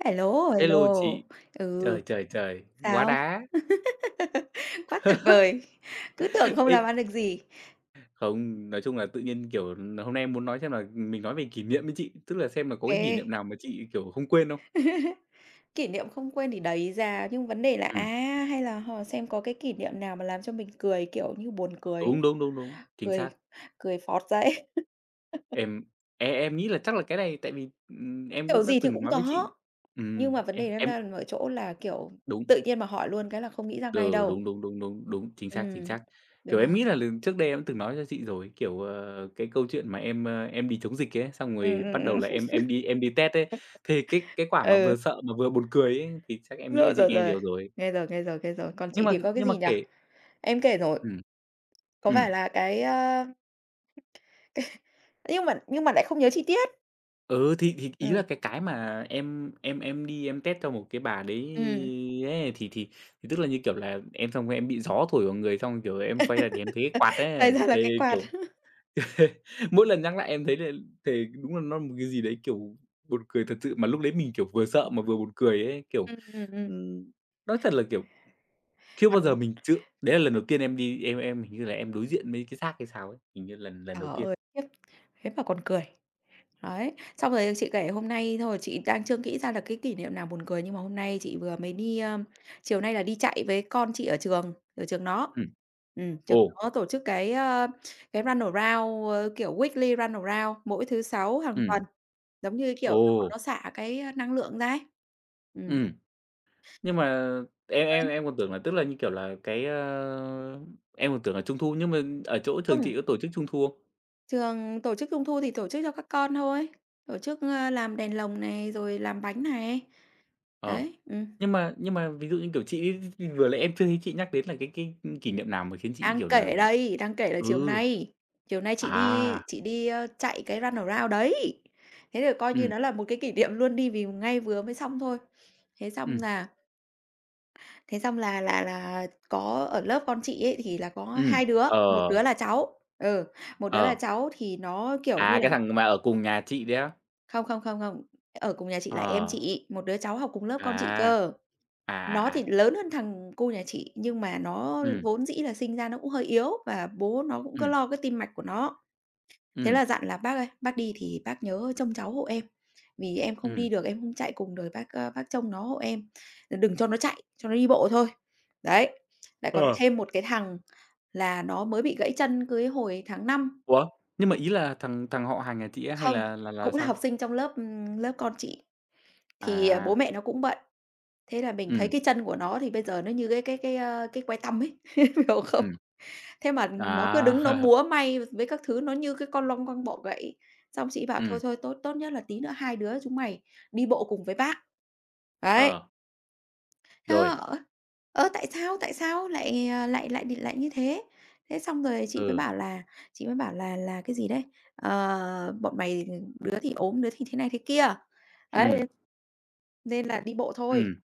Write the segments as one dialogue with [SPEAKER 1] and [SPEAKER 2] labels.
[SPEAKER 1] Hello,
[SPEAKER 2] Hello chị.
[SPEAKER 1] hello. Ừ.
[SPEAKER 2] Trời, trời, trời, quá
[SPEAKER 1] Sao?
[SPEAKER 2] đá.
[SPEAKER 1] Quá tuyệt vời! Cứ tưởng không
[SPEAKER 2] Ê,
[SPEAKER 1] làm ăn được gì.
[SPEAKER 2] không, nói chung là tự nhiên, kiểu, hôm nay em muốn nói xem là mình nói về kỷ niệm với chị, tức là xem là có
[SPEAKER 1] Ok.
[SPEAKER 2] cái kỷ niệm nào mà chị, kiểu, không quên không?
[SPEAKER 1] Kỷ niệm không quên thì đấy ra, nhưng vấn đề là, à,
[SPEAKER 2] Ừm,
[SPEAKER 1] hay là họ xem có cái kỷ niệm nào mà làm cho mình cười, kiểu như, buồn cười ấy,
[SPEAKER 2] đúng, đúng, đúng, đúng, chính
[SPEAKER 1] cười
[SPEAKER 2] xác.
[SPEAKER 1] cười phọt ra ấy.
[SPEAKER 2] Em em nghĩ là chắc là cái này tại vì, em
[SPEAKER 1] Kiểu
[SPEAKER 2] cũng đã
[SPEAKER 1] gì thì
[SPEAKER 2] từng
[SPEAKER 1] cũng
[SPEAKER 2] nói với chị.
[SPEAKER 1] có, nhưng
[SPEAKER 2] Ừm,
[SPEAKER 1] mà vấn
[SPEAKER 2] em
[SPEAKER 1] đề nó
[SPEAKER 2] em
[SPEAKER 1] đang ở chỗ là, kiểu,
[SPEAKER 2] đúng.
[SPEAKER 1] tự nhiên mà hỏi luôn cái là không nghĩ ra ngay
[SPEAKER 2] Ừ,
[SPEAKER 1] đâu.
[SPEAKER 2] đúng, đúng, đúng, đúng, đúng, chính
[SPEAKER 1] Ừ.
[SPEAKER 2] xác, chính xác. Kiểu,
[SPEAKER 1] Đúng rồi.
[SPEAKER 2] em nghĩ là lần trước đây em từng nói cho chị rồi, kiểu, cái câu chuyện mà em, em đi chống dịch ấy, xong
[SPEAKER 1] Ừ.
[SPEAKER 2] rồi
[SPEAKER 1] Ừm,
[SPEAKER 2] bắt đầu là
[SPEAKER 1] ừm.
[SPEAKER 2] em đi test ấy, thì cái cái quả mà
[SPEAKER 1] Ừ.
[SPEAKER 2] vừa sợ mà vừa buồn cười ấy, thì chắc em nghĩ là
[SPEAKER 1] Rồi,
[SPEAKER 2] chị
[SPEAKER 1] rồi,
[SPEAKER 2] nghe
[SPEAKER 1] rồi.
[SPEAKER 2] nhiều rồi.
[SPEAKER 1] Nghe rồi, nghe rồi, nghe rồi. Còn
[SPEAKER 2] Nhưng
[SPEAKER 1] chị
[SPEAKER 2] mà
[SPEAKER 1] thì có cái
[SPEAKER 2] nhưng mà
[SPEAKER 1] gì nhỉ?
[SPEAKER 2] kể
[SPEAKER 1] Em kể rồi.
[SPEAKER 2] ừm,
[SPEAKER 1] Có
[SPEAKER 2] ừm,
[SPEAKER 1] phải là cái, nhưng mà
[SPEAKER 2] kể
[SPEAKER 1] lại không nhớ chi tiết.
[SPEAKER 2] ừ, thì ý là
[SPEAKER 1] Ừm,
[SPEAKER 2] cái mà em đi em test cho một cái bà đấy
[SPEAKER 1] ừm.
[SPEAKER 2] ấy, thì tức là, như kiểu là, em xong rồi em bị gió thổi vào người, xong, kiểu, em quay ra thì em thấy cái quạt
[SPEAKER 1] Thành
[SPEAKER 2] ấy,
[SPEAKER 1] ra là
[SPEAKER 2] thế,
[SPEAKER 1] cái quạt.
[SPEAKER 2] kiểu. Mỗi lần nhắc lại em thấy là thề đúng là nó là một cái gì đấy, kiểu, buồn cười thật sự, mà lúc đấy mình, kiểu, vừa sợ mà vừa buồn cười ấy, kiểu,
[SPEAKER 1] Ừm.
[SPEAKER 2] ừm, nói thật là, kiểu, chưa bao giờ
[SPEAKER 1] Còn
[SPEAKER 2] mình chưa đấy là lần đầu tiên em đi em hình như là em đối diện với cái xác hay sao ấy, hình như lần lần
[SPEAKER 1] trời
[SPEAKER 2] đầu tiên.
[SPEAKER 1] ơi, khiếp, thế mà còn cười. Đấy, xong rồi chị kể hôm nay thôi, chị đang chưa nghĩ ra là cái kỷ niệm nào buồn cười, nhưng mà hôm nay chị vừa mới đi, chiều nay là đi chạy với con chị ở trường nó.
[SPEAKER 2] Ừm,
[SPEAKER 1] Trường
[SPEAKER 2] ồ,
[SPEAKER 1] nó tổ chức cái, cái run around, kiểu, weekly run around mỗi thứ Sáu hàng
[SPEAKER 2] ừm,
[SPEAKER 1] tuần, giống như, kiểu,
[SPEAKER 2] ồ,
[SPEAKER 1] cho bọn nó xả cái năng lượng ra ấy. Ừm.
[SPEAKER 2] ừm, nhưng mà em
[SPEAKER 1] Ơi,
[SPEAKER 2] em em còn tưởng là tức là, như kiểu là, cái, em còn tưởng là Trung thu, nhưng mà ở chỗ trường
[SPEAKER 1] không,
[SPEAKER 2] chị có tổ chức Trung thu không?
[SPEAKER 1] trường tổ chức trung thu thì tổ chức cho các con thôi, tổ chức, làm đèn lồng này, rồi làm bánh này.
[SPEAKER 2] Ờ.
[SPEAKER 1] Đấy,
[SPEAKER 2] Nhưng mà ví dụ như, kiểu, chị ấy thì vừa nãy em chưa thấy chị nhắc đến là cái kỷ niệm nào mà khiến chị,
[SPEAKER 1] đang
[SPEAKER 2] kiểu là
[SPEAKER 1] kể đây, đang kể là
[SPEAKER 2] ừ,
[SPEAKER 1] chiều nay chị đi
[SPEAKER 2] à,
[SPEAKER 1] chị đi, ơ, chạy cái Run Around đấy. Thế thì coi như
[SPEAKER 2] ừm,
[SPEAKER 1] nó là một cái kỷ niệm luôn đi vì ngay vừa mới xong thôi. Thế xong
[SPEAKER 2] ừm,
[SPEAKER 1] là có ở lớp con chị ấy thì là có
[SPEAKER 2] ừm,
[SPEAKER 1] hai đứa, một
[SPEAKER 2] ờ,
[SPEAKER 1] đứa là cháu ừ, một đứa là
[SPEAKER 2] ờ,
[SPEAKER 1] cháu thì nó, kiểu
[SPEAKER 2] à,
[SPEAKER 1] như
[SPEAKER 2] cái
[SPEAKER 1] là
[SPEAKER 2] thằng mà ở cùng nhà chị đấy á?
[SPEAKER 1] Không, không, không, không. Ở cùng nhà chị là em
[SPEAKER 2] Ờ,
[SPEAKER 1] chị, một đứa cháu học cùng lớp con chị
[SPEAKER 2] à, à,
[SPEAKER 1] cơ. Nó
[SPEAKER 2] à,
[SPEAKER 1] thì
[SPEAKER 2] à,
[SPEAKER 1] lớn hơn thằng cu nhà chị, nhưng mà nó
[SPEAKER 2] ừm,
[SPEAKER 1] vốn dĩ là sinh ra nó cũng hơi yếu và bố nó cũng cứ
[SPEAKER 2] ừm,
[SPEAKER 1] lo cái tim mạch của nó. Thế
[SPEAKER 2] ừm,
[SPEAKER 1] là dặn là "Bác ơi, bác đi thì bác nhớ trông cháu hộ em, vì em không
[SPEAKER 2] ừm.
[SPEAKER 1] đi được, em không chạy cùng được, bác, bác trông nó hộ em, đừng cho nó chạy, cho nó đi bộ thôi." Đấy, lại còn
[SPEAKER 2] Ờ,
[SPEAKER 1] thêm một cái thằng là nó mới bị gãy chân cái hồi tháng 5
[SPEAKER 2] ủa, nhưng mà ý là thằng thằng họ hàng nhà chị á hay
[SPEAKER 1] Không,
[SPEAKER 2] là
[SPEAKER 1] cũng là
[SPEAKER 2] sao?
[SPEAKER 1] học sinh trong lớp, lớp con chị, thì,
[SPEAKER 2] À,
[SPEAKER 1] bố mẹ nó cũng bận. Thế là mình thấy
[SPEAKER 2] ừm,
[SPEAKER 1] cái chân của nó thì bây giờ nó như cái, cái que tăm ấy, hiểu không?
[SPEAKER 2] ừm,
[SPEAKER 1] Thế mà nó cứ đứng nó
[SPEAKER 2] à,
[SPEAKER 1] múa may với các thứ, nó như cái con long quăng bọ gậy. Xong chị bảo: "Thôi,
[SPEAKER 2] ừm,
[SPEAKER 1] thôi, tốt tốt nhất là tí nữa hai đứa chúng mày đi bộ cùng với bác." Đấy,
[SPEAKER 2] ờ,
[SPEAKER 1] thế nó
[SPEAKER 2] rồi,
[SPEAKER 1] bảo: "Ơ, ơ, tại sao lại, ờ, lại lại đ lại như thế?" Thế xong rồi chị mới
[SPEAKER 2] ừ,
[SPEAKER 1] bảo là chị mới bảo là là cái gì đấy, ờ, "Bọn mày đứa thì ốm, đứa thì thế này thế kia."
[SPEAKER 2] ừm,
[SPEAKER 1] Đấy, nên là đi bộ thôi.
[SPEAKER 2] ừm,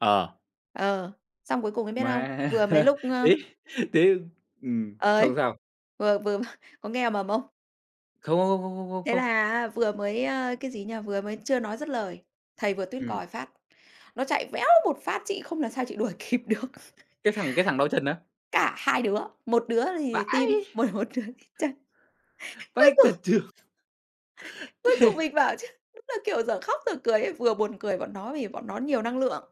[SPEAKER 2] ờ.
[SPEAKER 1] Ờ, xong cuối cùng em biết không?
[SPEAKER 2] Mà
[SPEAKER 1] Vừa mấy lúc,
[SPEAKER 2] thế thế
[SPEAKER 1] Ơi,
[SPEAKER 2] xong sao?
[SPEAKER 1] vừa vừa có nghe mầm không?
[SPEAKER 2] Không, không, không, không, không,
[SPEAKER 1] Thế là
[SPEAKER 2] không.
[SPEAKER 1] á vừa mới, cái gì nhỉ, vừa mới chưa nói dứt lời, thầy vừa tuýt
[SPEAKER 2] Ừm,
[SPEAKER 1] còi phát, nó chạy véo một phát chị không làm sao chị đuổi kịp được.
[SPEAKER 2] cái thằng đau chân á,
[SPEAKER 1] Cả hai đứa, một đứa thì tim,
[SPEAKER 2] vãi,
[SPEAKER 1] một một đứa thì chân.
[SPEAKER 2] vãi
[SPEAKER 1] Cuối
[SPEAKER 2] cả
[SPEAKER 1] cùng
[SPEAKER 2] trường. Thế.
[SPEAKER 1] mình bảo chứ đúng là, kiểu, dở khóc dở cười ấy, vừa buồn cười bọn nó vì bọn nó nhiều năng lượng,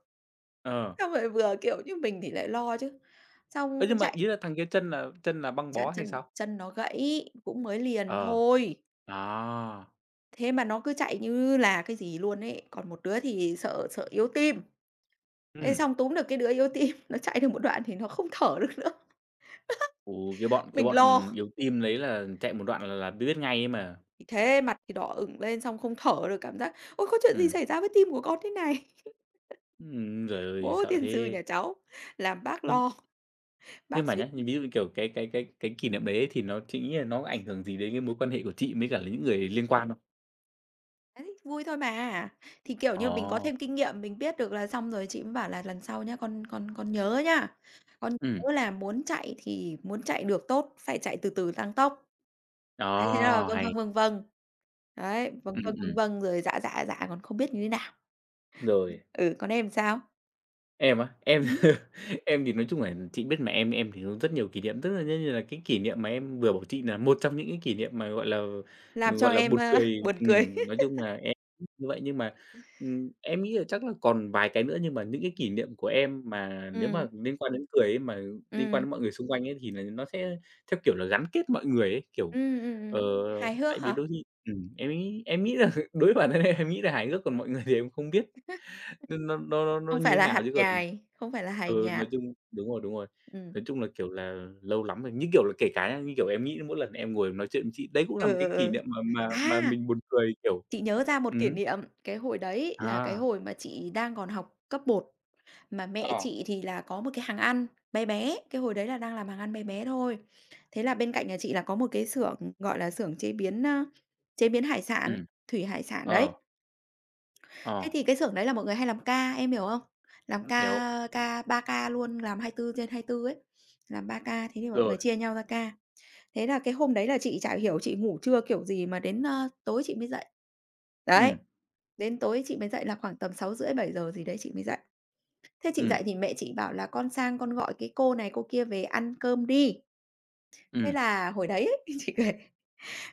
[SPEAKER 2] Ờ,
[SPEAKER 1] xong rồi vừa, kiểu như, mình thì lại lo chứ. Xong
[SPEAKER 2] ấy nhưng mà
[SPEAKER 1] chạy
[SPEAKER 2] ý là thằng kia chân là băng bó
[SPEAKER 1] chân
[SPEAKER 2] hay
[SPEAKER 1] chân
[SPEAKER 2] sao?
[SPEAKER 1] chân nó gãy, cũng mới liền
[SPEAKER 2] Ờ,
[SPEAKER 1] thôi.
[SPEAKER 2] à,
[SPEAKER 1] Thế mà nó cứ chạy như là cái gì luôn ấy, còn một đứa thì sợ sợ yếu tim. Thế
[SPEAKER 2] ừ
[SPEAKER 1] xong túm được cái đứa yếu tim, nó chạy được một đoạn thì nó không thở được nữa.
[SPEAKER 2] ù, cái bọn cái
[SPEAKER 1] Mình
[SPEAKER 2] bọn,
[SPEAKER 1] lo,
[SPEAKER 2] ừm, yếu tim đấy là chạy một đoạn là biết ngay ấy mà.
[SPEAKER 1] thì thế mặt thì đỏ ửng lên xong không thở được, cảm giác "Ôi, có chuyện gì
[SPEAKER 2] Ừm,
[SPEAKER 1] xảy ra với tim của con thế này?"
[SPEAKER 2] giời ơi,
[SPEAKER 1] Bố
[SPEAKER 2] sợ
[SPEAKER 1] tiên sư
[SPEAKER 2] thế.
[SPEAKER 1] nhà cháu làm bác
[SPEAKER 2] Nhưng
[SPEAKER 1] lo,
[SPEAKER 2] nhưng
[SPEAKER 1] bác
[SPEAKER 2] mà
[SPEAKER 1] suýt
[SPEAKER 2] nhá, ví dụ như, kiểu, cái kỷ niệm đấy ấy thì nó chị nghĩ là nó có ảnh hưởng gì đến cái mối quan hệ của chị với cả là những người liên quan không?
[SPEAKER 1] "Đấy, vui thôi mà." Thì, kiểu như, mình có
[SPEAKER 2] Ồ,
[SPEAKER 1] thêm kinh nghiệm, mình biết được là xong rồi chị mới bảo là "Lần sau nhá, con nhớ nhá, con
[SPEAKER 2] ừ.
[SPEAKER 1] nhớ là muốn chạy thì muốn chạy được tốt, phải chạy từ từ tăng tốc." Thế rồi
[SPEAKER 2] Ờ,
[SPEAKER 1] vâng,
[SPEAKER 2] hay.
[SPEAKER 1] vâng, vâng, vâng. Đấy, vâng,
[SPEAKER 2] Ừm,
[SPEAKER 1] vâng, vâng,
[SPEAKER 2] ừm.
[SPEAKER 1] vâng, rồi dạ, dạ, dạ, còn không biết như thế nào.
[SPEAKER 2] Rồi.
[SPEAKER 1] Ừ, còn em sao?
[SPEAKER 2] Em á? Em
[SPEAKER 1] Ừm.
[SPEAKER 2] em thì nói chung là chị biết mà, em thì có rất nhiều kỷ niệm, tức là như như là cái kỷ niệm mà em vừa bảo chị là một trong những cái kỷ niệm mà, gọi là,
[SPEAKER 1] Làm cho em,
[SPEAKER 2] buồn cười.
[SPEAKER 1] buồn cười.
[SPEAKER 2] Nói chung là em như vậy. Nhưng mà, em nghĩ là chắc là còn vài cái nữa, nhưng mà những cái kỷ niệm của em mà nếu mà
[SPEAKER 1] Ừm,
[SPEAKER 2] liên quan đến cười ấy, mà liên quan
[SPEAKER 1] ừm,
[SPEAKER 2] đến mọi người xung quanh ấy, thì là nó sẽ theo kiểu là gắn kết mọi người ấy, kiểu, ờ,
[SPEAKER 1] Hài
[SPEAKER 2] tại
[SPEAKER 1] hước
[SPEAKER 2] vì
[SPEAKER 1] hả?
[SPEAKER 2] đôi khi em nghĩ là đối với bản thân em nghĩ là hài hước, còn mọi người thì em không biết. Nên nó
[SPEAKER 1] Không
[SPEAKER 2] như
[SPEAKER 1] phải
[SPEAKER 2] thế
[SPEAKER 1] là
[SPEAKER 2] nào
[SPEAKER 1] hạt
[SPEAKER 2] chứ còn
[SPEAKER 1] nhài, không phải là hài
[SPEAKER 2] ừ, nói
[SPEAKER 1] nhạt.
[SPEAKER 2] chung đúng rồi, đúng rồi.
[SPEAKER 1] Ừm,
[SPEAKER 2] Nói chung là, kiểu là, lâu lắm rồi, như kiểu là, kể cả nhá, như kiểu, em nghĩ mỗi lần em ngồi nói chuyện với chị, đấy cũng là
[SPEAKER 1] ừ,
[SPEAKER 2] một
[SPEAKER 1] ừ,
[SPEAKER 2] cái kỷ
[SPEAKER 1] ừ.
[SPEAKER 2] niệm mà
[SPEAKER 1] À,
[SPEAKER 2] mình buồn cười, kiểu
[SPEAKER 1] chị nhớ ra một kỷ
[SPEAKER 2] ừm
[SPEAKER 1] niệm, cái hồi đấy là cái
[SPEAKER 2] à,
[SPEAKER 1] hồi mà chị đang còn học cấp một. Mà mẹ
[SPEAKER 2] ờ,
[SPEAKER 1] chị thì là có một cái hàng ăn bé bé, cái hồi đấy là đang làm hàng ăn bé bé thôi. Thế là bên cạnh nhà chị là có một cái xưởng, gọi là, xưởng chế biến, chế biến hải sản,
[SPEAKER 2] ừm,
[SPEAKER 1] thủy hải sản đấy.
[SPEAKER 2] ờ,
[SPEAKER 1] Thế
[SPEAKER 2] ờ,
[SPEAKER 1] thì cái xưởng đấy là mọi người hay làm ca, em hiểu không? Làm
[SPEAKER 2] hiểu,
[SPEAKER 1] ca ca 3 ca luôn, làm 24/24 ấy, làm 3 ca, thế thì mọi
[SPEAKER 2] rồi,
[SPEAKER 1] người chia nhau ra ca. Thế là cái hôm đấy là chị chả hiểu chị ngủ trưa kiểu gì mà đến, tối chị mới dậy. Đấy,
[SPEAKER 2] ừm,
[SPEAKER 1] đến tối chị mới dậy là khoảng tầm sáu rưỡi bảy giờ gì đấy chị mới dậy. Thế chị
[SPEAKER 2] ừm,
[SPEAKER 1] dậy thì mẹ chị bảo là "Con sang con gọi cái cô này cô kia về ăn cơm đi." Thế
[SPEAKER 2] ừm,
[SPEAKER 1] là hồi đấy ấy, chị kể,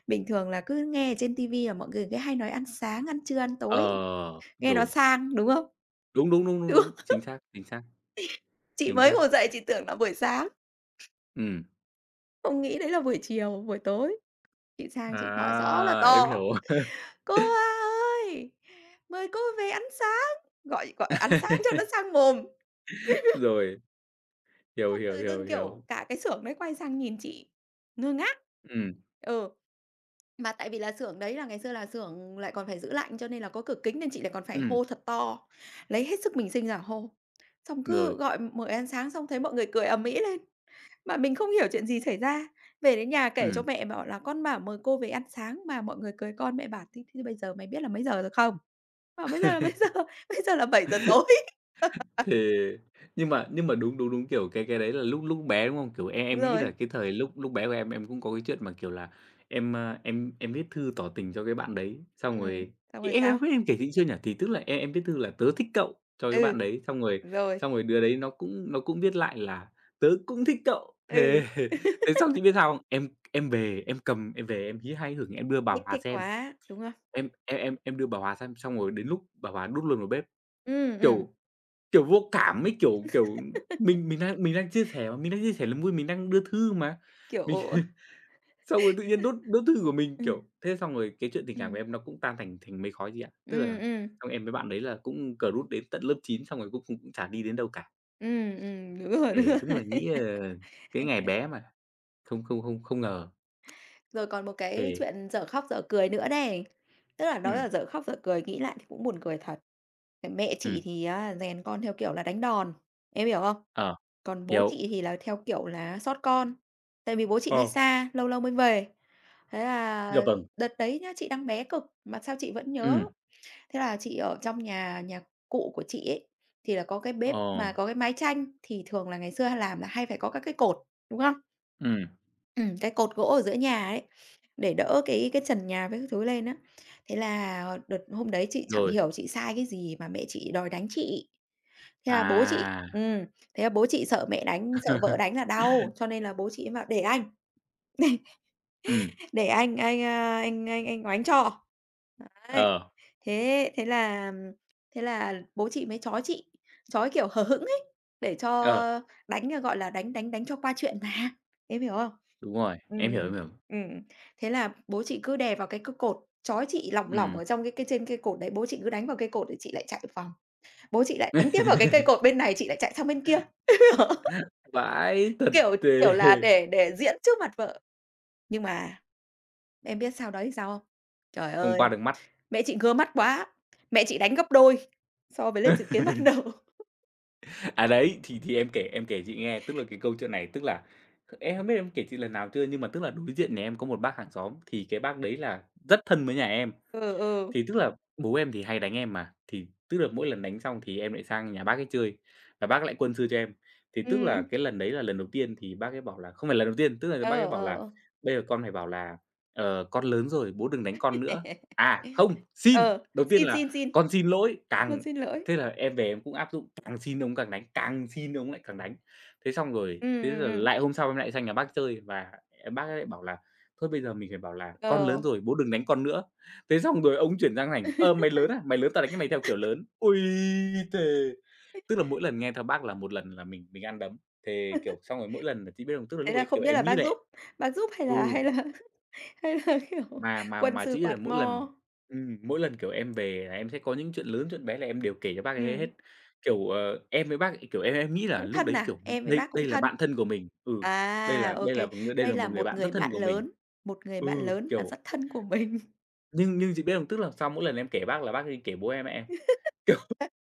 [SPEAKER 1] bình thường là cứ nghe ở trên ti vi là mọi người cứ hay nói ăn sáng, ăn trưa, ăn tối,
[SPEAKER 2] ờ,
[SPEAKER 1] nghe nó
[SPEAKER 2] rồi.
[SPEAKER 1] sang, đúng không?
[SPEAKER 2] Đúng, đúng, đúng, đúng,
[SPEAKER 1] Đúng
[SPEAKER 2] đúng,
[SPEAKER 1] không?
[SPEAKER 2] chính xác, chính xác,
[SPEAKER 1] Chị
[SPEAKER 2] chính
[SPEAKER 1] mới
[SPEAKER 2] xác,
[SPEAKER 1] ngồi dậy chị tưởng là buổi sáng,
[SPEAKER 2] ừm.
[SPEAKER 1] không nghĩ đấy là buổi chiều, buổi tối. Chị sang chị gọi rõ là
[SPEAKER 2] À, em hiểu.
[SPEAKER 1] to: "Cô A ơi, mời cô về ăn sáng!" Gọi gọi ăn sáng cho nó sang mồm.
[SPEAKER 2] Rồi, rồi, hiểu,
[SPEAKER 1] Xong
[SPEAKER 2] hiểu,
[SPEAKER 1] tự
[SPEAKER 2] hiểu,
[SPEAKER 1] dưng,
[SPEAKER 2] hiểu.
[SPEAKER 1] kiểu, cả cái xưởng đấy quay sang nhìn chị ngơ ngác.
[SPEAKER 2] Ừm,
[SPEAKER 1] Ừ. Mà tại vì là xưởng đấy là ngày xưa là xưởng lại còn phải giữ lạnh cho nên là có cửa kính nên chị lại còn phải
[SPEAKER 2] ừm,
[SPEAKER 1] hô thật to, lấy hết sức mình sinh ra hô. Xong
[SPEAKER 2] rồi,
[SPEAKER 1] cứ gọi mời ăn sáng xong thấy mọi người cười ầm ĩ lên, mà mình không hiểu chuyện gì xảy ra. Về đến nhà kể cho
[SPEAKER 2] ừm.
[SPEAKER 1] mẹ bảo là "Con bảo mời cô về ăn sáng mà mọi người cười con." Mẹ bảo: "Thế thế bây giờ mày biết là mấy giờ rồi không?" Bảo: "Bây giờ là bây giờ bây giờ là bảy giờ tối."
[SPEAKER 2] Thì nhưng mà đúng, đúng, đúng, kiểu, cái đấy là lúc lúc bé, đúng không? Kiểu, em
[SPEAKER 1] Đúng
[SPEAKER 2] em nghĩ là
[SPEAKER 1] rồi,
[SPEAKER 2] cái thời lúc lúc bé của em cũng có cái chuyện mà, kiểu là, em, a, em em viết thư tỏ tình cho cái bạn đấy, xong
[SPEAKER 1] ừm,
[SPEAKER 2] rồi
[SPEAKER 1] xong
[SPEAKER 2] thì
[SPEAKER 1] rồi
[SPEAKER 2] em em
[SPEAKER 1] sao?
[SPEAKER 2] em kể chị chưa nhỉ? Thì tức là em viết thư là "Tớ thích cậu" cho cái
[SPEAKER 1] Ừ,
[SPEAKER 2] bạn đấy, xong rồi
[SPEAKER 1] đúng rồi,
[SPEAKER 2] đứa đấy nó cũng viết lại là "Tớ cũng thích cậu." Thế.
[SPEAKER 1] ừ,
[SPEAKER 2] Thế xong chị biết sao không? Em về em cầm em về em hí hay hửng em đưa bà
[SPEAKER 1] thích
[SPEAKER 2] Hòa
[SPEAKER 1] thích
[SPEAKER 2] xem,
[SPEAKER 1] quá, đúng không?
[SPEAKER 2] em đưa bà Hòa xem, xong rồi đến lúc bà Hòa đút luôn vào bếp,
[SPEAKER 1] Ừ,
[SPEAKER 2] kiểu. Kiểu, vô cảm ấy, kiểu kiểu, mình đang chia sẻ mà, mình đang chia sẻ niềm vui, mình đang đưa thư mà. Mình
[SPEAKER 1] kiểu,
[SPEAKER 2] xong rồi tự nhiên đốt đốt thư của mình,
[SPEAKER 1] ừm,
[SPEAKER 2] kiểu thế xong rồi cái chuyện tình
[SPEAKER 1] ừ,
[SPEAKER 2] cảm của em nó cũng tan thành thành mây khói chị ạ. Tức
[SPEAKER 1] ừ,
[SPEAKER 2] là xong em với bạn đấy là cũng cờ rút đến tận lớp chín xong rồi cuối cùng cũng chả đi đến đâu cả.
[SPEAKER 1] Đúng rồi, đúng
[SPEAKER 2] Thề,
[SPEAKER 1] rồi.
[SPEAKER 2] đúng là nghĩ là cái ngày bé mà, không không không không ngờ.
[SPEAKER 1] Rồi còn một cái
[SPEAKER 2] Thề.
[SPEAKER 1] chuyện dở khóc dở cười nữa này, tức là nói
[SPEAKER 2] Ừm,
[SPEAKER 1] là dở khóc dở cười, nghĩ lại thì cũng buồn cười thật. Cái mẹ
[SPEAKER 2] ừm,
[SPEAKER 1] chị thì á rèn con theo kiểu là đánh đòn, em hiểu không?
[SPEAKER 2] ờ,
[SPEAKER 1] Còn bố
[SPEAKER 2] hiểu.
[SPEAKER 1] chị thì là theo kiểu là xót con, tại vì bố chị đi
[SPEAKER 2] Ờ,
[SPEAKER 1] xa, lâu lâu mới về. Thế
[SPEAKER 2] dạ
[SPEAKER 1] là
[SPEAKER 2] vâng.
[SPEAKER 1] đợt đấy nhá, chị đang bé cực mà sao chị vẫn nhớ.
[SPEAKER 2] Ừm,
[SPEAKER 1] Thế là chị ở trong nhà nhà cụ của chị ấy, thì là có cái
[SPEAKER 2] ờ,
[SPEAKER 1] bếp mà có cái mái tranh thì thường là ngày xưa làm là hay phải có các cái cột, đúng không?
[SPEAKER 2] ừm,
[SPEAKER 1] Cái cột gỗ ở giữa nhà ấy, để đỡ cái trần nhà với các thứ lên á. Thế là đợt hôm đấy chị chẳng
[SPEAKER 2] rồi.
[SPEAKER 1] hiểu chị sai cái gì mà mẹ chị đòi đánh chị. Thế là bố chị
[SPEAKER 2] À,
[SPEAKER 1] thế là bố chị sợ mẹ đánh, sợ vợ đánh là đau, cho nên là bố chị bảo: "Để anh,
[SPEAKER 2] ừm,
[SPEAKER 1] để anh, anh oánh cho." Đấy.
[SPEAKER 2] ờ,
[SPEAKER 1] Thế thế là bố chị mới trói chị, trói, kiểu, hờ hững ấy, để cho
[SPEAKER 2] ờ,
[SPEAKER 1] đánh, gọi là, đánh đánh đánh cho qua chuyện mà, em hiểu không?
[SPEAKER 2] đúng rồi,
[SPEAKER 1] ừm,
[SPEAKER 2] em hiểu, em hiểu.
[SPEAKER 1] ừm, Thế là bố chị cứ đè vào cái cột, trói chị lỏng lỏng
[SPEAKER 2] Ừm.
[SPEAKER 1] ở trong cái trên cây cột đấy, bố chị cứ đánh vào cây cột để chị lại chạy vòng, bố chị lại đánh tiếp vào cái cây cột bên này, chị lại chạy sang bên kia,
[SPEAKER 2] Vãi thật
[SPEAKER 1] kiểu,
[SPEAKER 2] tề.
[SPEAKER 1] kiểu là, để diễn trước mặt vợ. Nhưng mà em biết sau đấy sao không? Trời
[SPEAKER 2] Không
[SPEAKER 1] ơi!
[SPEAKER 2] qua được mắt.
[SPEAKER 1] Mẹ chị ngứa mắt quá, mẹ chị đánh gấp đôi so với lại dự kiến ban đầu.
[SPEAKER 2] À, đấy, thì em kể chị nghe, tức là cái câu chuyện này, tức là em không biết em kể chị lần nào chưa, nhưng mà tức là đối diện nhà em có một bác hàng xóm, thì cái bác đấy là rất thân với nhà em.
[SPEAKER 1] Ừ, ừ,
[SPEAKER 2] Thì tức là bố em thì hay đánh em mà, thì tức là mỗi lần đánh xong thì em lại sang nhà bác ấy chơi và bác lại quân sư cho em. Thì tức là
[SPEAKER 1] ừm,
[SPEAKER 2] cái lần đấy là lần đầu tiên thì bác ấy bảo là không phải lần đầu tiên, tức là bác ấy
[SPEAKER 1] ờ,
[SPEAKER 2] bảo là
[SPEAKER 1] ờ.
[SPEAKER 2] "Bây giờ con phải bảo là, con lớn rồi, bố đừng đánh con nữa." À, không, xin,
[SPEAKER 1] Ờ,
[SPEAKER 2] đầu tiên
[SPEAKER 1] xin,
[SPEAKER 2] là
[SPEAKER 1] xin, xin,
[SPEAKER 2] "Con xin lỗi."
[SPEAKER 1] con
[SPEAKER 2] Càng
[SPEAKER 1] xin lỗi.
[SPEAKER 2] thế là em về em cũng áp dụng, càng xin ông càng đánh, càng xin ông lại càng đánh. Thế xong rồi,
[SPEAKER 1] Ừm,
[SPEAKER 2] thế
[SPEAKER 1] ừm,
[SPEAKER 2] là
[SPEAKER 1] ừm,
[SPEAKER 2] lại hôm sau em lại sang nhà bác chơi và, bác ấy lại bảo là "Thôi bây giờ mình phải bảo là con lớn
[SPEAKER 1] ờ,
[SPEAKER 2] rồi, bố đừng đánh con nữa." Thế xong rồi ông chuyển sang ảnh "Ờ, mày lớn à? Mày lớn tao đánh cho mày theo kiểu lớn." Ôi, thề! Tức là mỗi lần nghe theo bác là một lần là mình ăn đấm, thề, kiểu, xong rồi mỗi lần là chị biết không? Tức là
[SPEAKER 1] Thế
[SPEAKER 2] lúc
[SPEAKER 1] là
[SPEAKER 2] ấy, kiểu,
[SPEAKER 1] không biết là
[SPEAKER 2] em nghĩ là
[SPEAKER 1] bác giúp hay là
[SPEAKER 2] ừ,
[SPEAKER 1] hay là hay là, kiểu,
[SPEAKER 2] mà mà
[SPEAKER 1] quân
[SPEAKER 2] mà
[SPEAKER 1] sư
[SPEAKER 2] chị biết là
[SPEAKER 1] quạt mo?
[SPEAKER 2] mỗi lần, kiểu, em về là em sẽ có những chuyện lớn, chuyện bé là em đều kể cho bác ấy hết.
[SPEAKER 1] Ừm,
[SPEAKER 2] Kiểu, em với bác kiểu, em nghĩ là
[SPEAKER 1] cũng
[SPEAKER 2] lúc
[SPEAKER 1] thân
[SPEAKER 2] đấy,
[SPEAKER 1] à?
[SPEAKER 2] kiểu,
[SPEAKER 1] Em với
[SPEAKER 2] đây
[SPEAKER 1] bác cũng
[SPEAKER 2] đây là
[SPEAKER 1] thân?
[SPEAKER 2] bạn thân của mình, ừ, đây
[SPEAKER 1] À,
[SPEAKER 2] là
[SPEAKER 1] ô
[SPEAKER 2] đây là
[SPEAKER 1] kê,
[SPEAKER 2] đây
[SPEAKER 1] đây
[SPEAKER 2] là một
[SPEAKER 1] là
[SPEAKER 2] người
[SPEAKER 1] một
[SPEAKER 2] bạn rất
[SPEAKER 1] người
[SPEAKER 2] thân
[SPEAKER 1] bạn
[SPEAKER 2] của mình.
[SPEAKER 1] lớn, một người
[SPEAKER 2] Ừ,
[SPEAKER 1] bạn lớn và
[SPEAKER 2] kiểu
[SPEAKER 1] rất thân của mình.
[SPEAKER 2] nhưng chị biết không? Tức là sau mỗi lần em kể bác là bác ấy kể bố em, mẹ em.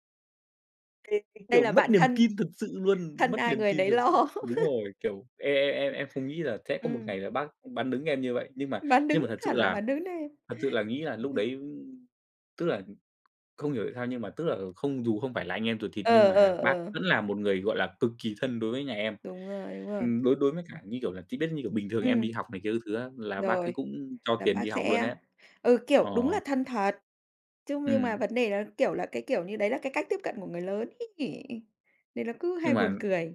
[SPEAKER 2] Ê,
[SPEAKER 1] Đây
[SPEAKER 2] kiểu,
[SPEAKER 1] là
[SPEAKER 2] mất
[SPEAKER 1] bạn
[SPEAKER 2] niềm
[SPEAKER 1] thân,
[SPEAKER 2] tin thực sự luôn,
[SPEAKER 1] thân
[SPEAKER 2] mất
[SPEAKER 1] ai
[SPEAKER 2] niềm
[SPEAKER 1] người
[SPEAKER 2] tin
[SPEAKER 1] nấy
[SPEAKER 2] thật sự.
[SPEAKER 1] lo.
[SPEAKER 2] Đúng rồi, kiểu, em không nghĩ là sẽ có một ngày
[SPEAKER 1] Ừm.
[SPEAKER 2] là bác bán đứng em như vậy, nhưng mà
[SPEAKER 1] Bán
[SPEAKER 2] nhưng mà
[SPEAKER 1] đứng
[SPEAKER 2] thật sự
[SPEAKER 1] hẳn là
[SPEAKER 2] là
[SPEAKER 1] bán đứng đi.
[SPEAKER 2] nghĩ là lúc đấy, tức là không hiểu tại sao nhưng mà tức là không dù không phải là anh em ruột thịt nhưng
[SPEAKER 1] Ờ,
[SPEAKER 2] mà
[SPEAKER 1] ờ,
[SPEAKER 2] bác
[SPEAKER 1] ờ,
[SPEAKER 2] vẫn là một người, gọi là, cực kỳ thân đối với nhà em.
[SPEAKER 1] đúng rồi, đúng rồi.
[SPEAKER 2] Đối đối với cả, như kiểu là, chị biết, như kiểu, bình thường em
[SPEAKER 1] Ừm,
[SPEAKER 2] đi học này kia các thứ á, là bác cứ
[SPEAKER 1] rồi,
[SPEAKER 2] cũng cho
[SPEAKER 1] là
[SPEAKER 2] tiền
[SPEAKER 1] bác
[SPEAKER 2] đi học luôn
[SPEAKER 1] sẽ
[SPEAKER 2] ấy.
[SPEAKER 1] ừ,
[SPEAKER 2] Ờ,
[SPEAKER 1] kiểu, đúng là thân thật, chứ nhưng mà
[SPEAKER 2] ừm,
[SPEAKER 1] vấn đề là, kiểu là, cái kiểu như đấy là cái cách tiếp cận của người lớn ấy, nên nó cứ
[SPEAKER 2] nhưng
[SPEAKER 1] hay
[SPEAKER 2] mà
[SPEAKER 1] buồn cười.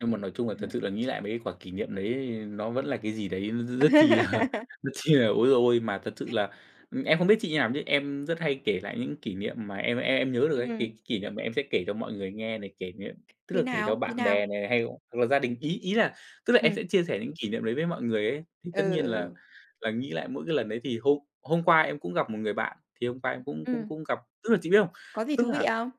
[SPEAKER 2] Nhưng mà nói chung là thật sự là nghĩ lại mấy cái quả kỷ niệm đấy nó vẫn là cái gì đấy nó rất chi là rất chi là ối giời ôi! Mà thật sự là, em không biết chị như nào chứ em rất hay kể lại những kỷ niệm mà em nhớ được ấy, cái
[SPEAKER 1] Ừm,
[SPEAKER 2] kỷ niệm mà em sẽ kể cho mọi người nghe này, kể niệm tức là
[SPEAKER 1] như
[SPEAKER 2] kể cho
[SPEAKER 1] nào, như
[SPEAKER 2] bạn
[SPEAKER 1] nào?
[SPEAKER 2] bè này, hay hoặc là gia đình. Ý ý là tức là em
[SPEAKER 1] Ừm,
[SPEAKER 2] sẽ chia sẻ những kỷ niệm đấy với mọi người ấy, thì
[SPEAKER 1] ừ,
[SPEAKER 2] tất nhiên
[SPEAKER 1] ừ,
[SPEAKER 2] là nghĩ lại mỗi cái lần đấy thì hôm hôm qua em cũng gặp một người bạn, thì hôm qua em cũng cũng
[SPEAKER 1] ừm,
[SPEAKER 2] cũng gặp tức là chị biết không?
[SPEAKER 1] có gì
[SPEAKER 2] Tức
[SPEAKER 1] thú vị
[SPEAKER 2] là
[SPEAKER 1] không?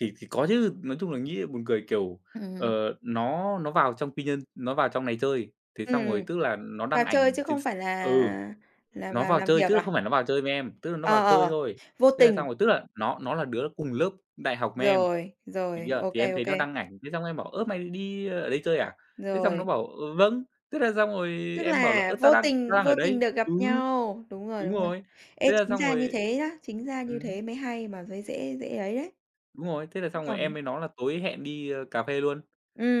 [SPEAKER 2] thì có chứ, nói chung là nghĩ buồn cười, kiểu,
[SPEAKER 1] Ừm,
[SPEAKER 2] ờ, nó vào trong Quy nhân nó vào trong này chơi, thế xong rồi
[SPEAKER 1] ừm,
[SPEAKER 2] tức là nó đăng
[SPEAKER 1] vào chơi
[SPEAKER 2] ảnh
[SPEAKER 1] chứ
[SPEAKER 2] trên
[SPEAKER 1] không
[SPEAKER 2] s
[SPEAKER 1] phải
[SPEAKER 2] ừ,
[SPEAKER 1] là
[SPEAKER 2] nó
[SPEAKER 1] vào
[SPEAKER 2] vào
[SPEAKER 1] làm
[SPEAKER 2] chơi
[SPEAKER 1] việc
[SPEAKER 2] chứ
[SPEAKER 1] à?
[SPEAKER 2] không phải nó vào chơi với em, tức là nó
[SPEAKER 1] Ờ,
[SPEAKER 2] vào
[SPEAKER 1] ờ,
[SPEAKER 2] chơi
[SPEAKER 1] ờ.
[SPEAKER 2] thôi.
[SPEAKER 1] Vô
[SPEAKER 2] Thế là xong
[SPEAKER 1] tình,
[SPEAKER 2] rồi tức là nó là đứa cùng lớp đại học với em,
[SPEAKER 1] rồi,
[SPEAKER 2] thì bây
[SPEAKER 1] rồi,
[SPEAKER 2] giờ thì em
[SPEAKER 1] ô
[SPEAKER 2] thấy nó
[SPEAKER 1] kê,
[SPEAKER 2] đăng ảnh, thế xong em bảo: "Ơ, mày đi ờ, ở đây chơi à?" Thế xong nó
[SPEAKER 1] rồi.
[SPEAKER 2] bảo: "Ờ, vâng." Thế là xong rồi
[SPEAKER 1] Tức
[SPEAKER 2] em bảo là
[SPEAKER 1] là
[SPEAKER 2] "Ơ, tao
[SPEAKER 1] vô
[SPEAKER 2] đang tao
[SPEAKER 1] tình
[SPEAKER 2] đang ở
[SPEAKER 1] vô
[SPEAKER 2] đây."
[SPEAKER 1] tình được gặp
[SPEAKER 2] Ừ,
[SPEAKER 1] nhau, đúng rồi,
[SPEAKER 2] đúng
[SPEAKER 1] đúng rồi.
[SPEAKER 2] rồi.
[SPEAKER 1] Ê,
[SPEAKER 2] Thế là
[SPEAKER 1] chính
[SPEAKER 2] xong
[SPEAKER 1] ra như
[SPEAKER 2] rồi
[SPEAKER 1] thế đó chính ra như
[SPEAKER 2] ừm.
[SPEAKER 1] thế mới hay mà mới dễ dễ ấy đấy.
[SPEAKER 2] Đúng rồi, thế là
[SPEAKER 1] Chứ
[SPEAKER 2] xong rồi
[SPEAKER 1] còn
[SPEAKER 2] em với nó là tối hẹn đi, ơ, cà phê luôn.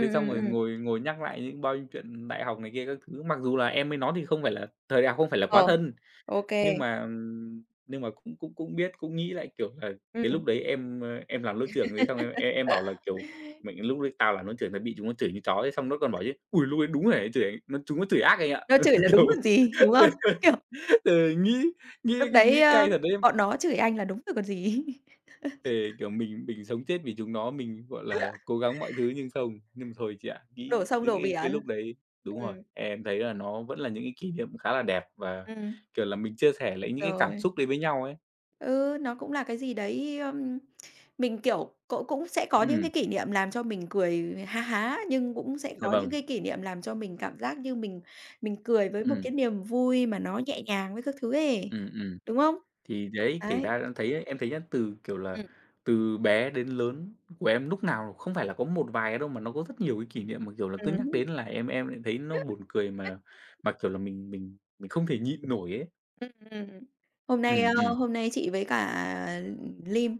[SPEAKER 2] Thế xong
[SPEAKER 1] ừm,
[SPEAKER 2] rồi
[SPEAKER 1] ừm,
[SPEAKER 2] ngồi ngồi nhắc lại những bao nhiêu chuyện đại học này kia các thứ, mặc dù là em với nó thì không phải là thời đại học không phải là quá
[SPEAKER 1] ờ,
[SPEAKER 2] thân,
[SPEAKER 1] ô kê,
[SPEAKER 2] nhưng mà cũng cũng cũng biết, cũng nghĩ lại, kiểu là, cái
[SPEAKER 1] ừm.
[SPEAKER 2] lúc đấy em, ơ, em làm lớp trưởng thế xong em bảo là, kiểu, mình lúc đấy tao làm lớp trưởng tao bị chúng nó chửi như chó" thế xong nó còn bảo chứ "Ôi, lúc đấy đúng là chửi nó chúng nó chửi ác anh ạ."
[SPEAKER 1] Nó chửi là
[SPEAKER 2] Kiểu,
[SPEAKER 1] đúng còn gì, đúng không? Kiểu,
[SPEAKER 2] ừ, nghĩ nghĩ
[SPEAKER 1] lúc đấy,
[SPEAKER 2] nghĩ cay thật đấy.
[SPEAKER 1] bọn nó chửi anh là đúng rồi còn gì.
[SPEAKER 2] Về, kiểu, mình sống chết vì chúng nó, mình, gọi là, cố gắng mọi thứ nhưng không. Nhưng mà thôi chị ạ,
[SPEAKER 1] Đổ
[SPEAKER 2] nghĩ
[SPEAKER 1] sông
[SPEAKER 2] những
[SPEAKER 1] đổ
[SPEAKER 2] cái
[SPEAKER 1] biển.
[SPEAKER 2] lúc đấy đúng rồi,
[SPEAKER 1] Ừm,
[SPEAKER 2] em thấy là nó vẫn là những cái kỷ niệm khá là đẹp và,
[SPEAKER 1] ừm,
[SPEAKER 2] kiểu là, mình chia sẻ lại những cái cảm
[SPEAKER 1] rồi.
[SPEAKER 2] xúc đấy với nhau ấy.
[SPEAKER 1] Ừ, nó cũng là cái gì đấy, mình, kiểu, cũng cũng sẽ có những
[SPEAKER 2] Ừm,
[SPEAKER 1] cái kỷ niệm làm cho mình cười ha há, nhưng cũng sẽ
[SPEAKER 2] dạ
[SPEAKER 1] có những
[SPEAKER 2] vâng,
[SPEAKER 1] cái kỷ niệm làm cho mình cảm giác như mình cười với một
[SPEAKER 2] ừm,
[SPEAKER 1] cái niềm vui mà nó nhẹ nhàng với các thứ ấy,
[SPEAKER 2] ừm.
[SPEAKER 1] đúng không?
[SPEAKER 2] Thì đấy, kể
[SPEAKER 1] Đấy.
[SPEAKER 2] ra em thấy nhá, từ, kiểu là,
[SPEAKER 1] Ừm.
[SPEAKER 2] từ bé đến lớn của em lúc nào không phải là có một vài cái đâu mà nó có rất nhiều cái kỷ niệm mà, kiểu là, cứ nhắc
[SPEAKER 1] Ừm.
[SPEAKER 2] đến là em lại thấy nó buồn cười mà, kiểu là, mình không thể nhịn nổi ấy.
[SPEAKER 1] Ừm, ừm. ừm. Hôm nay, a,
[SPEAKER 2] Ừm, ừm,
[SPEAKER 1] Hôm nay chị với cả Lim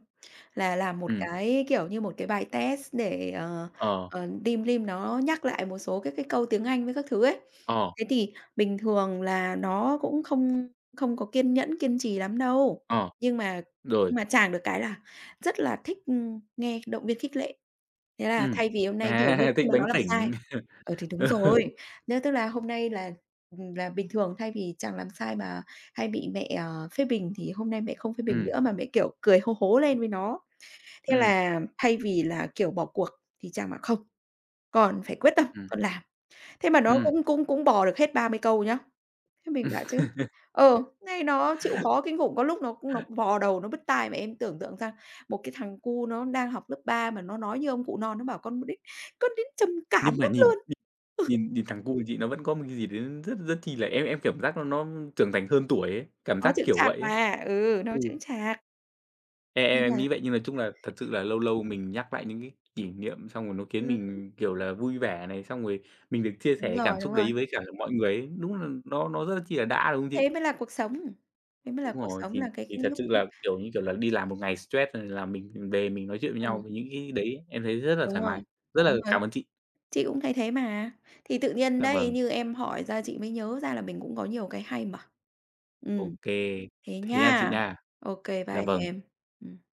[SPEAKER 1] là làm một
[SPEAKER 2] ừm.
[SPEAKER 1] cái, kiểu như, một cái bài test để,
[SPEAKER 2] Ờ,
[SPEAKER 1] team Lim nó nhắc lại một số các cái câu tiếng Anh với các thứ ấy.
[SPEAKER 2] ờ,
[SPEAKER 1] Thế thì bình thường là nó cũng không không có kiên nhẫn, kiên trì lắm đâu,
[SPEAKER 2] ờ,
[SPEAKER 1] nhưng mà
[SPEAKER 2] rồi,
[SPEAKER 1] nhưng mà chàng được cái là rất là thích, nghe động viên khích lệ. Thế là
[SPEAKER 2] ừm.
[SPEAKER 1] thay vì hôm nay, kiểu như,
[SPEAKER 2] À,
[SPEAKER 1] khi
[SPEAKER 2] thích
[SPEAKER 1] mà
[SPEAKER 2] đánh
[SPEAKER 1] nó làm sai.
[SPEAKER 2] phỉnh.
[SPEAKER 1] Ừ, thì đúng
[SPEAKER 2] Ừ,
[SPEAKER 1] rồi. Nếu tức là hôm nay là bình thường thay vì chàng làm sai mà hay bị mẹ, phê bình thì hôm nay mẹ không phê bình nữa mà mẹ, kiểu, cười hố hố lên với nó. Thế
[SPEAKER 2] ừm,
[SPEAKER 1] là thay vì là, kiểu, bỏ cuộc thì chàng bảo: "Không, con phải quyết tâm,
[SPEAKER 2] ừm,
[SPEAKER 1] con làm." Thế mà nó
[SPEAKER 2] ừm.
[SPEAKER 1] cũng cũng cũng bò được hết 30 câu nhá. Thế mình bảo chứ ờ, nay nó chịu khó kinh khủng, có lúc nó vò đầu nó bứt tai, mà em tưởng tượng ra một cái thằng cu nó đang học lớp 3 mà nó nói như ông cụ non, nó bảo: " Con đến trầm cảm
[SPEAKER 2] Nhưng mà
[SPEAKER 1] mất
[SPEAKER 2] nhìn
[SPEAKER 1] luôn."
[SPEAKER 2] nhìn nhìn nhìn thằng cu của chị nó vẫn có một cái gì đấy rất rất chi là em cảm giác nó trưởng thành hơn tuổi ấy, cảm
[SPEAKER 1] Nó
[SPEAKER 2] giác
[SPEAKER 1] chững
[SPEAKER 2] kiểu
[SPEAKER 1] chạc
[SPEAKER 2] vậy ấy.
[SPEAKER 1] mà, ừ, nó
[SPEAKER 2] Ừ,
[SPEAKER 1] chững chạc.
[SPEAKER 2] em em
[SPEAKER 1] Nên
[SPEAKER 2] em
[SPEAKER 1] là
[SPEAKER 2] nghĩ vậy nhưng nói chung là thật sự là lâu lâu mình nhắc lại những cái kỷ niệm xong rồi nó khiến
[SPEAKER 1] ừm,
[SPEAKER 2] mình, kiểu là, vui vẻ này, xong rồi mình được chia sẻ
[SPEAKER 1] đúng
[SPEAKER 2] cái
[SPEAKER 1] rồi,
[SPEAKER 2] cảm xúc
[SPEAKER 1] đúng rồi.
[SPEAKER 2] đấy với cả mọi người ấy, đúng là nó rất chi là đã, đúng không
[SPEAKER 1] Thế
[SPEAKER 2] chị?
[SPEAKER 1] mới là cuộc sống, thế mới là
[SPEAKER 2] Đúng
[SPEAKER 1] cuộc
[SPEAKER 2] rồi,
[SPEAKER 1] sống
[SPEAKER 2] thì
[SPEAKER 1] là
[SPEAKER 2] thì
[SPEAKER 1] cái
[SPEAKER 2] thật sự
[SPEAKER 1] lúc
[SPEAKER 2] là, kiểu như kiểu là, đi làm một ngày stress rồi là mình về mình nói chuyện với nhau
[SPEAKER 1] ừm,
[SPEAKER 2] về những cái đấy em thấy rất là thoải
[SPEAKER 1] đúng rồi,
[SPEAKER 2] mái. Rất là
[SPEAKER 1] đúng rồi.
[SPEAKER 2] cảm ơn chị.
[SPEAKER 1] Chị cũng thấy thế mà. Thì tự nhiên
[SPEAKER 2] Dạ
[SPEAKER 1] đấy,
[SPEAKER 2] vâng,
[SPEAKER 1] như em hỏi ra chị mới nhớ ra là mình cũng có nhiều cái hay mà.
[SPEAKER 2] ô
[SPEAKER 1] Ừm,
[SPEAKER 2] kê.
[SPEAKER 1] thế
[SPEAKER 2] Thế nha chị
[SPEAKER 1] nha.
[SPEAKER 2] nha.
[SPEAKER 1] Ô kê,
[SPEAKER 2] Dạ
[SPEAKER 1] bye
[SPEAKER 2] vâng.
[SPEAKER 1] em. Ừm.